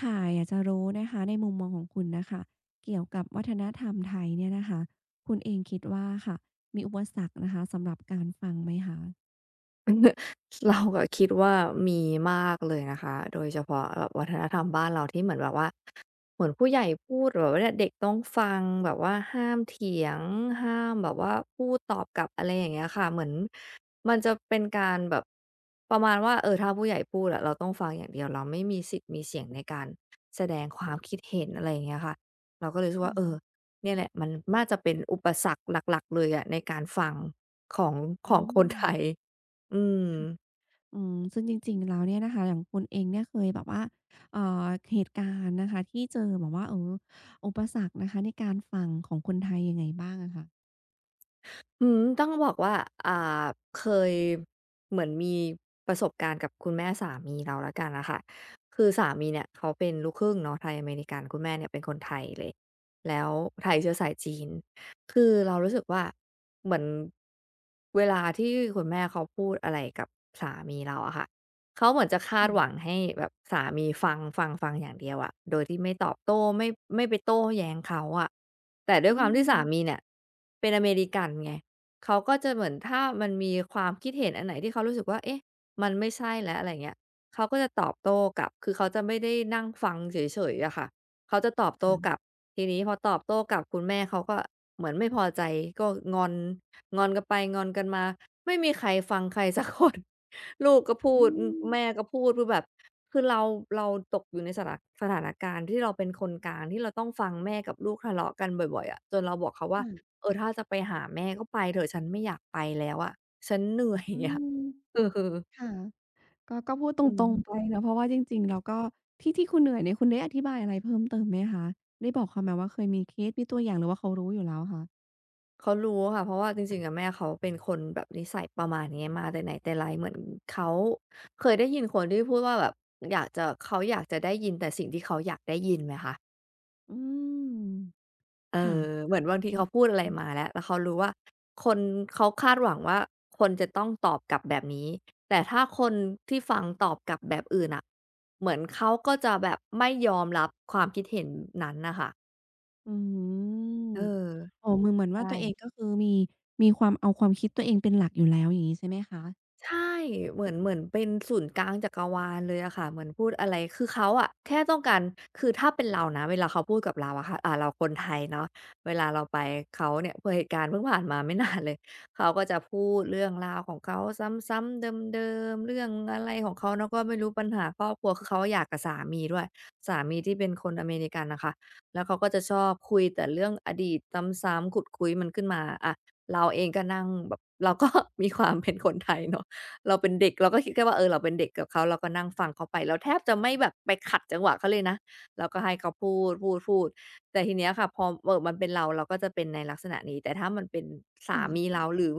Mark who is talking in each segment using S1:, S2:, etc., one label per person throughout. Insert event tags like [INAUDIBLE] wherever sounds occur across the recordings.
S1: ค่ะอยากจะรู้นะคะในมุมมองของคุณนะคะเกี่ยวกับวัฒนธรรมไทยเนี่ยนะคะคุณเองคิดว่าค่ะมีอุปสรรคนะคะสำหรับการฟังไหมคะ
S2: เราก็คิดว่ามีมากเลยนะคะ โดยเฉพาะแบบวัฒนธรรมบ้านเราที่เหมือนแบบว่าเหมือนผู้ใหญ่พูดแบบว่าเนี่ยเด็กต้องฟังแบบว่าห้ามเถียงห้ามแบบว่าพูดตอบกลับอะไรอย่างเงี้ยค่ะเหมือนมันจะเป็นการแบบประมาณว่าเออถ้าผู้ใหญ่พูดอะเราต้องฟังอย่างเดียวเราไม่มีสิทธิ์มีเสียงในการแสดงความคิดเห็นอะไรอย่างเงี้ยค่ะเราก็เลยรู้สึกว่าเออ
S1: ค่ะ
S2: เนี่ยแหละมันน่าจะเป็นอุปสรรคหลักๆเลยอะในการฟังของข
S1: อื
S2: องคน
S1: ม
S2: ไทยอืม
S1: อืมซึ่งจริงๆแล้วเนี่ยนะคะอย่างคุณเองเนี่ยเคยแบบว่าเอ่อเหตุการณ์นะคะที่เจอแบบว่าเอออุปสรรคนะคะในการฟังของคนไทยยังไงบ้างอะคะ
S2: อืมต้องบอกว่าอ่าเคยเหมือนมีประสบการณ์กับคุณแม่สามีเราแล้วกันอะค่ะคือสามีเนี่ยเขาเป็นลูกครึ่งเนาะไทยอเมริกันคุณแม่เนี่ยเป็นคนไทยเลยแล้วไทยเชื้อสายจีนคือเรารู้สึกว่าเหมือนเวลาที่คุณแม่เขาพูดอะไรกับสามีเราอะค่ะเขาเหมือนจะคา
S1: อื
S2: ด
S1: ม
S2: หวังให้แบบสามีฟังฟังฟังอย่างเดียวอะโดยที่ไม่ตอบโต้ไม่ไปโต้แย้งเขาอะแต่ด้วย
S1: อื
S2: ความที่สามี
S1: ม
S2: เนี่ยเป็นอเมริกันไง เขาก็จะเหมือนถ้ามันมีความคิดเห็นอันไหนที่เขารู้สึกว่าเอ๊ะมันไม่ใช่แล้วอะไรเงี้ยเขาก็จะตอบโต้กลับคือเขาจะไม่ได้นั่งฟังเฉยๆอะค่ะเขาจะตอบโต้ก
S1: ค่ะ
S2: ลับทีนี้พอตอบโต้กลับคุณแม่เขาก็เหมือนไม่พอใจก็งอนงอนกันไปงอนกันมาไม่มีใครฟังใครสักคน [LAUGHS] ลูกก็พู
S1: อื
S2: ดอือ
S1: ม
S2: แม่ก็พูดคือแบบคือเราตกอยู่ในสถานะสถานการณ์ที่เราเป็นคนกลางที่เราต้องฟังแม่กับลูกทะเลาะกันบ่อยๆอะจนเราบอกเขาว่า
S1: ค่ะ
S2: เออถ้าจะไปหาแม่ก็ไปเถอะฉันไม่อยากไปแล้วอะฉันเหนื่อย
S1: อื
S2: อะ
S1: ม
S2: [LAUGHS] เออ
S1: ค่ะ ก็พูดต
S2: อื
S1: รงๆไป
S2: ม
S1: เนาะเพราะว่าจริงๆแล้วก็ที่คุณเหนื่อยเนี่ยคุณได้อธิบายอะไรเพิ่มเติมไหมคะได้บอกเขาไหมว่าเคยมีเคสมีตัวอย่างหรือว่าเขารู้อยู่แล้วคะ
S2: เขารู้ค่ะเพราะว่าจริงๆอะแม่เขาเป็นคนแบบนิสัยประมาณนี้มาแต่ไหนแต่ไรเหมือนเขาเคยได้ยินคนที่พูดว่าแบบอยากจะเขาอยากจะได้ยินแต่สิ่งที่เขาอยากได้ยินไหมคะ
S1: อืม
S2: เอ
S1: ค่ะ
S2: อเหมือนบางทีเขาพูดอะไรมาแล้วเขารู้ว่าคนเขาคาดหวังว่าคนจะต้องตอบกลับแบบนี้แต่ถ้าคนที่ฟังตอบกลับแบบอื่นน่ะเหมือนเขาก็จะแบบไม่ยอมรับความคิดเห็นนั้นน่ะค่ะ
S1: อืม
S2: เออ
S1: อ๋อเหมือนว่า
S2: ใช่
S1: ตัวเองก็คือมีความเอาความคิดตัวเองเป็นหลักอยู่แล้วอย่างงี้ใช่ไหมคะ
S2: ใช่เหมือนเป็นศูนย์กลางจักรวาลเลยอะค่ะเหมือนพูดอะไรคือเขาอะแค่ต้องการคือถ้าเป็นเรานะเวลาเขาพูดกับเราอะค่ะอ่าเราคนไทยเนาะเวลาเราไปเขาเนี่ยพอเหตุการณ์เพิ่งผ่านมาไม่นานเลย [LAUGHS] เขาก็จะพูดเรื่องราวของเขาซ้ำๆเดิมๆเรื่องอะไรของเขาเนาะก็ไม่รู้ปัญหาครอบครัวคือเขาหย่ากับสามีด้วยสามีที่เป็นคนอเมริกันน่ะค่ะแล้วเขาก็จะชอบคุยแต่เรื่องอดีตซ้ำๆขุดคุ้ยมันขึ้นมาอะเราเองก็นั่งแบบเราก็ [LAUGHS] มีความเป็นคนไทยเนาะ เราเป็นเด็กเราก็คิดแค่ว่าเออเราเป็นเด็กกับเขาเราก็นั่งฟังเขาไปเราแทบจะไม่แบบไปขัดจังหวะเขาเลยนะเราก็ให้เขาพูดๆๆแต่ทีเนี้ยค่ะพอมันเป็นเราเราก็จะเป็นในลักษณะนี้แต่ถ้ามันเป็นสามี
S1: ค่ะ
S2: เราหรือ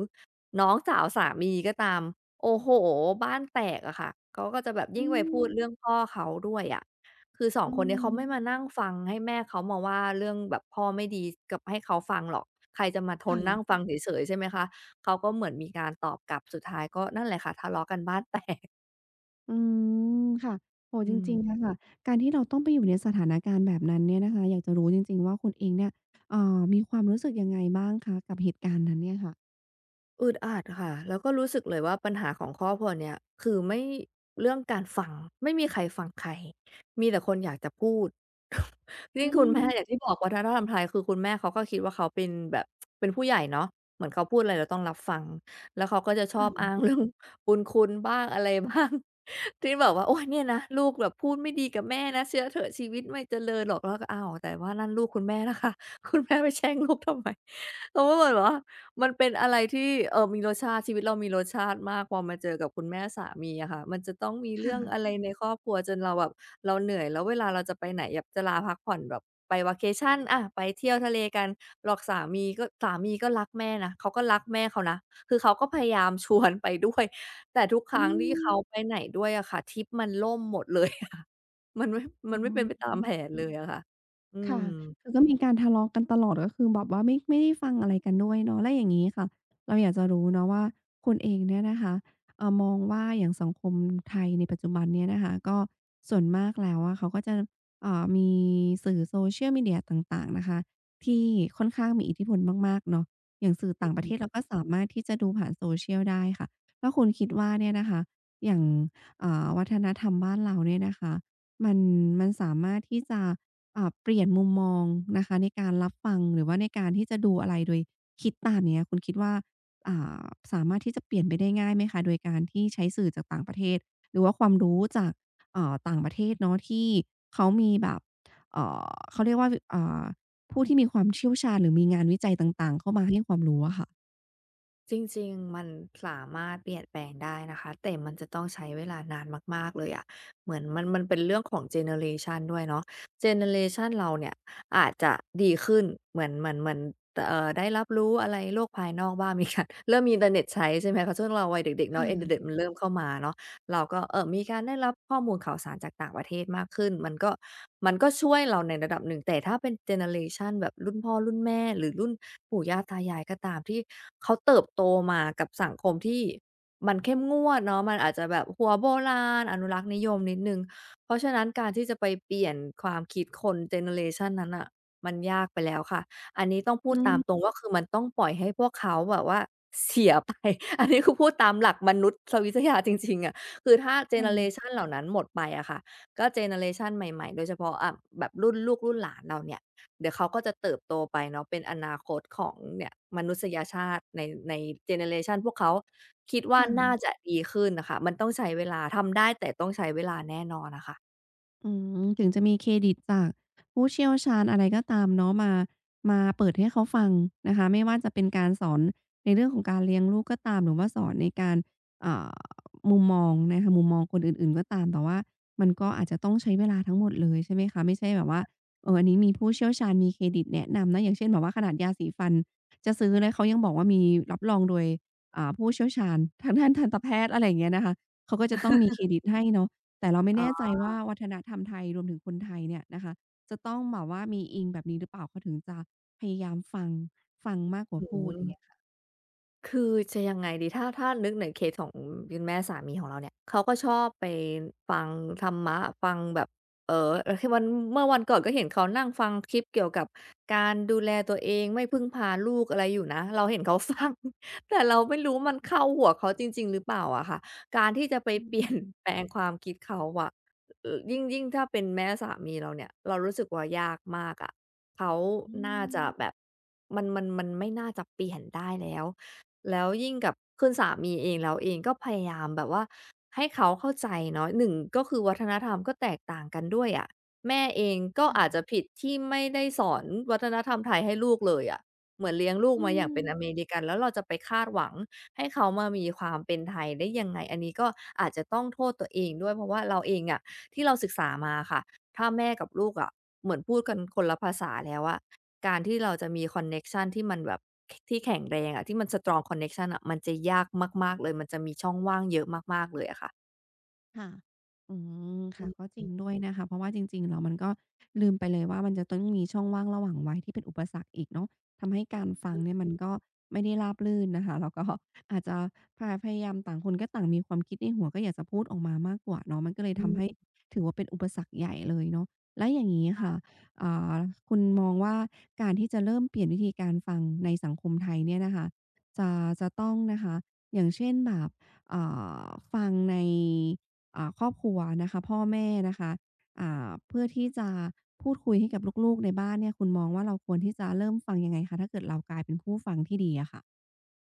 S2: น้องสาวสามีก็ตามโอ้โฮบ้านแตกอะค่ะเขาก็จะแบบยิ่
S1: อื
S2: งไปพู
S1: ม
S2: ดเรื่องพ่อเขาด้วยอะคือสอง
S1: อื
S2: คนเนี้ย
S1: ม
S2: เขาไม่มานั่งฟังให้แม่เขามาว่าเรื่องแบบพ่อไม่ดีกับให้เขาฟังหรอกใครจะมาทนนั่ง
S1: ค่ะ
S2: ฟังเฉยๆใช่ไหมคะ เขาก็เหมือนมีการตอบกลับสุดท้ายก็นั่นแหละค่ะทะเลาะกันบ้าน [LAUGHS] แตก
S1: อืมค่ะโอ้โฮ
S2: อื
S1: จ
S2: ม
S1: ริงๆอะค่ะการที่เราต้องไปอยู่ในสถานการณ์แบบนั้นเนี่ยนะคะอยากจะรู้จริงๆว่าคุณเองเนี่ยเอ่อมีความรู้สึกยังไงบ้างคะกับเหตุการณ์นั้นเนี่ยค่ะ
S2: อึดอัดค่ะแล้วก็รู้สึกเลยว่าปัญหาของครอบครัวเนี่ยคือไม่เรื่องการฟังไม่มีใครฟังใครมีแต่คนอยากจะพูด [LAUGHS]
S1: อื
S2: ยิ่งคุณแม่
S1: ม
S2: อย่างที่บอกวัฒนธรรมไทยคือคุณแม่เขาก็คิดว่าเขาเป็นแบบเป็นผู้ใหญ่เนาะเหมือนเขาพูดอะไรเราต้องรับฟังแล้วเขาก็จะชอบ
S1: ค่ะ
S2: อ้าง [LAUGHS] เรื่องบุญคุณบ้างอะไรบ้าง [LAUGHS] ที่แบบว่าโอ้ยเนี่ยนะลูกแบบพูดไม่ดีกับแม่นะเชื่อเถอะชีวิตไม่เจริญหรอกแล้วก็อ้าวแต่ว่านั่นลูกคุณแม่นะคะ [LAUGHS] คุณแม่ไปแช่งลูกทำไมเขาก็เหมือนว่า มันเป็นอะไรที่มีรสชาติชีวิตเรามีรสชาติมากพอมาเจอกับคุณแม่สามีอะค่ะมันจะต้องมีเรื่องอะ
S1: ค่ะ
S2: ไรในครอบครัวจนเราแบบเราเหนื่อยแล้วเวลาเราจะไปไหนแบบจะลาพักผ่อนแบบไป Vacation อะไปเที่ยวทะเลกันหลอกสามีก็รักแม่นะเขาก็รักแม่เขานะคือเขาก็พยายามชวนไปด้วยแต่ทุกค
S1: อื
S2: รั้งที่
S1: ม
S2: เขาไปไหนด้วยอะค่ะทริปมันล่มหมดเลยค่ะ [LAUGHS] มันไม่มั
S1: อ๋
S2: นไม่เป็นไปตามแผ
S1: อ
S2: นเลยอะค่ะอืม
S1: ค่ะคือก็มีการทะเลาะกันตลอดก็คือแบบว่าไม่ได้ฟังอะไรกันด้วยเนาะแล้วอย่างงี้ค่ะเราอยากจะรู้เนาะว่าคุณเองเนี่ยนะคะมองว่าอย่างสังคมไทยในปัจจุบันเนี่ยนะคะก็ส่วนมากแล้วอะเขาก็จะมีสื่อ Social Media ต่างๆนะคะที่ค่อนข้างมีอิทธิพลมากๆเนาะอย่างสื่อต่างประเทศเราก็สามารถที่จะดูผ่าน Social ได้ค่ะแล้วคุณคิดว่าเนี่ยนะคะอย่างวัฒนธรรมบ้านเราเนี่ยนะคะมันมันสามารถที่จะ เปลี่ยนมุมมองนะคะในการรับฟังหรือว่าในการที่จะดูอะไรโดยคิดตามเนี้ยคุณคิดว่าอ่าสามารถที่จะเปลี่ยนไปได้ง่ายไหมคะโดยการที่ใช้สื่อจากต่างประเทศหรือว่าความรู้จากต่างประเทศเนาะที่เขามีแบบเขาเรียกว่าวอ่าผู้ที่มีความเชี่ยวชาญหรือมีงานวิจัยต่างๆเข้ามาให้ความรู้อะค่ะ
S2: จริงๆมันสามารถเปลี่ยนแปลงได้นะคะแต่มันจะต้องใช้เวลานานมากๆเลยอะเหมือนมันเป็นเรื่องของเจเนอเรชันด้วยเนาะเจเนอเรชันเราเนี่ยอาจจะดีขึ้นเหมือนได้รับรู้อะไรโลกภายนอกบ้าง [LAUGHS] มีการเริ่มมีอินเทอร์เน็ตใช้ใช่ไหมคะช่วงเราวัยเด็กๆเนาะอินเทอร์เน็ตมันเริ่มเข้ามาเนาะ เราก็เออมีการได้รับข้อมูลข่าวสารจากต่างประเทศมากขึ้นมันก็ช่วยเราในระดับหนึ่ง แต่ถ้าเป็นเจเนอเรชันแบบรุ่นพ่อรุ่นแม่หรือรุ่นปู่ย่าตายายก็ตามที่เขาเติบโตมากับสังคมที่มันเข้มงวดเนาะมันอาจจะแบบหัวโบราณอนุรักษ์นิยมนิดนึง เพราะฉะนั้นการที่จะไปเปลี่ยนความคิดคนเจเนอเรชันนั้นอะมันยากไปแล้วค่ะอันนี้ต้องพูด
S1: อื
S2: ตามตรง
S1: ม
S2: ว่าคือมันต้องปล่อยให้พวกเขาแบบว่าเสียไป [LAUGHS] อันนี้คือพูดตามหลักมนุษยวิทยาจริงๆอะ คือถ้าเจเนอเร
S1: ค่ะ
S2: ชันเหล่านั้นหมดไปอะค่ะก็เจเนอเรชันใหม่ๆโดยเฉพาะแบบรุ่นลูกรุ่นหลานเราเนี่ยเดี๋ยวเขาก็จะเติบโตไปเนาะเป็นอนาคตของเนี่ยมนุษยชาติในเจเนอเรชันพวกเขาคิดว่าน่า
S1: ค่ะ
S2: จะดีขึ้นน่ะค่ะมันต้องใช้เวลาทำได้แต่ต้องใช้เวลาแน่นอนอะค่ะ
S1: อืมถึงจะมีเครดิตจากผู้เชี่ยวชาญอะไรก็ตามเนาะมาเปิดให้เขาฟังนะคะไม่ว่าจะเป็นการสอนในเรื่องของการเลี้ยงลูกก็ตามหรือว่าสอนในการอ่ามุมมองนะคะมุมมองคนอื่นๆก็ตามแต่ว่ามันก็อาจจะต้องใช้เวลาทั้งหมดเลยใช่ไหมคะไม่ใช่แบบว่าเอออันนี้มีผู้เชี่ยวชาญมีเครดิตแนะนำนะอย่างเช่นแบบว่าขนาดยาสีฟันจะซื้อแล้วเขายังบอกว่ามีรับรองโดยผู้เชี่ยวชาญทางด้านทันตแพทย์อะไรอย่างเงี้ยนะคะเขาก็จะต้องมีเครดิตให้เนาะ แต่เราไม่
S2: อื
S1: แน่ใจ
S2: อ
S1: ว่าวัฒนธรรมไทยรวมถึงคนไทยเนี่ยนะคะจะต้องแบบว่ามีอิงแบบนี้หรือเปล่าเขาถึงจะพยายามฟังฟังมากกว่า
S2: ฮึ
S1: พูดอย่างเงี้ยค่ะ
S2: คือจะยังไงดีถ้านึกในเคสของคุณแม่สามีของเราเนี่ยเขาก็ชอบไปฟังธรรมะฟังแบบเออคือวันเมื่อวันก่อนก็เห็นเขานั่งฟังคลิปเกี่ยวกับการดูแลตัวเองไม่พึ่งพาลูกอะไรอยู่นะเราเห็นเขาฟัง [LAUGHS] แต่เราไม่รู้มันเข้าหัวเขาจริงๆหรือเปล่าอะค่ะการที่จะไป
S1: อื
S2: เปลี่ย
S1: ม
S2: นแปลงความคิดเขาอะยิ่งถ้าเป็นแม่สามีเราเนี่ยเรารู้สึกว่ายากมากอะเขา
S1: อื
S2: น่า
S1: ม
S2: จะแบบมันไม่น่าจะเปลี่ยนได้แล้ว แล้วยิ่งกับคุณสามีเองเราเองก็พยายามแบบว่าให้เขาเข้าใจเนาะหนึ่งก็คือวัฒนธรรมก็แตกต่างกันด้วยอะแม่เองก็อาจจะผิดที่ไม่ได้สอนวัฒนธรรมไทยให้ลูกเลยอะเหมือนเลี้ยงลูก
S1: อื
S2: มาอย่างเป็
S1: ม
S2: นอเมริกันแล้วเราจะไปคาดหวังให้เขามามีความเป็นไทยได้ยังไงอันนี้ก็อาจจะต้องโทษตัวเองด้วยเพราะว่าเราเองอะที่เราศึกษามาค่ะถ้าแม่กับลูกอะเหมือนพูดกันคนละภาษาแล้วอะ การที่เราจะมีคอนเน็กชันที่มันแบบที่แข็งแรงอะที่มันสตรองคอนเน็กชันอะมันจะยากมากๆเลยมันจะมีช่องว่างเยอะมากๆเลยอะค่ะ
S1: ค่ะอืม
S2: อื
S1: ค่ะ
S2: อ
S1: ก็จ
S2: ฮึ
S1: ริงด้วยนะคะเพราะว่าจริงๆแล้วมันก็ลืมไปเลยว่ามันจะต้องมีช่องว่างระหว่างวัยที่เป็นอุปสรรคอีกเนาะทำให้การฟังเนี่ยมันก็ไม่ได้ราบรื่นนะคะแล้วก็ [LAUGHS] อาจจะพยายามต่างคนก็ต่างมีความคิดในหัวก็อยากจะพูดออกมามากกว่าเนาะมันก็เลย
S2: อื
S1: ทำให้
S2: ม
S1: ถือว่าเป็นอุปสรรคใหญ่เลยเนาะแล้วอย่างงี้ค่ะอ่าคุณมองว่าการที่จะเริ่มเปลี่ยนวิธีการฟังในสังคมไทยเนี่ยนะคะจะจะต้องนะคะอย่างเช่นแบบอ่าฟังใน ครอบครัวนะคะพ่อแม่นะคะเพื่อที่จะพูดคุยให้กับลูกๆในบ้านเนี่ยคุณมองว่าเราควรที่จะเริ่มฟังยังไงคะถ้าเกิดเรากลายเป็นผู้ฟังที่ดีอะค่ะ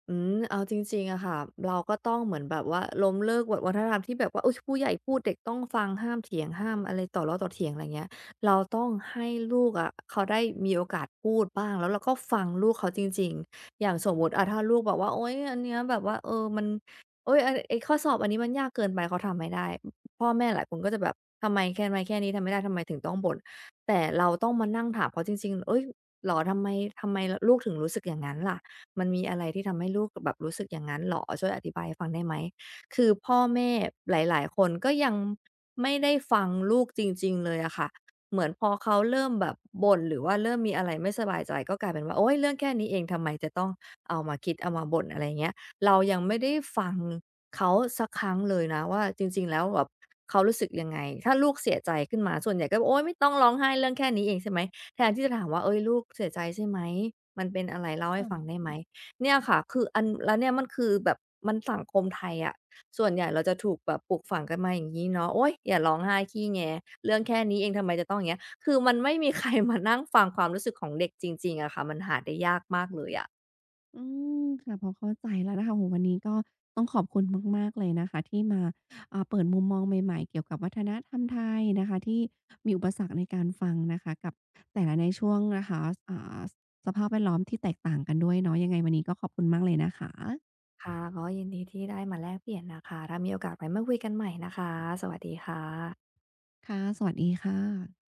S2: อืมเอาจริงๆอะค่ะเราก็ต้องเหมือนแบบว่าล้มเลิกวัฒนธรรมที่แบบว่าอุ๊ยผู้ใหญ่พูดเด็กต้องฟังห้ามเถียงห้ามอะไรต่อล้อต่อเถียงอะไรเงี้ยเราต้องให้ลูกอะเขาได้มีโอกาสพูดบ้างแล้วเราก็ฟังลูกเขาจริงๆอย่างสมมุติอะถ้าลูกบอกว่าโอ๊ยอันเนี้ยแบบว่าเออมันโอ๊ยอันไอ้ข้อสอบอันนี้มันยากเกินไปเขาทำไม่ได้พ่อแม่หลายคนก็จะแบบทำไมแค่นี้ทำไม่ได้ทำไมถึงต้องบ่นแต่เราต้องมานั่งถามเขาจริงๆเฮ้ยเหรอทำไมทำไมลลูกถึงรู้สึกอย่างงั้นล่ะ มันมีอะไรที่ทำให้ลูกแบบรู้สึกอย่างนั้นเหรอช่วยอธิบายให้ฟังได้ไหมคือพ่อแม่หลายๆคนก็ยังไม่ได้ฟังลูกจริงๆเลยอะค่ะเหมือนพอเขาเริ่มแบบบ่นหรือว่าเริ่มมีอะไรไม่สบายใจก็กลายเป็นว่าโอ๊ยเรื่องแค่นี้เองทำไมจะต้องเอามาคิดเอามาบ่นอะไรอย่างเงี้ยเรายังไม่ได้ฟังเขาสักครั้งเลยนะว่าจริงๆแล้วแบบเขารู้สึกยังไงถ้าลูกเสียใจขึ้นมาส่วนใหญ่ก็โอ๊ยไม่ต้องร้องไห้เรื่องแค่นี้เองใช่ไหมแทนที่จะถามว่าเฮ้ยลูกเสียใจใช่ไหมมันเป็นอะไรเล่าให้ฟังได้ไหม เนี่ยค่ะคืออันแล้วเนี่ยมันคือแบบมันสังคมไทยอะส่วนใหญ่เราจะถูกแบบปลูกฝังกันมาอย่างงี้เนาะโอ๊ยอย่าร้องไห้ขี้แงเรื่องแค่นี้เองทำไมจะต้องอย่างเงี้ยคือมันไม่มีใครมานั่งฟังความรู้สึกของเด็กจริงๆอะค่ะมันหาได้ยากมากเลยอะ
S1: อืมค่ะพอเข้าใจแล้วนะคะโอวันนี้ก็ต้องขอบคุณมากๆเลยนะคะที่มาเปิดมุมมองใหม่ๆเกี่ยวกับวัฒนธรรมไทยนะคะที่มีอุปสรรคในการฟังนะคะกับแต่ละในช่วงนะคะอ่าสภาพแวดล้อมที่แตกต่างกันด้วยเนาะยังไงวันนี้ก็ขอบคุณมากเลยนะคะ
S2: ค่ะก็ยินดีที่ได้มาแลกเปลี่ยนนะคะถ้ามีโอกาสไว้มาคุยกันใหม่นะคะสวัสดีค่ะ
S1: ค่ะสวัสดีค่ะ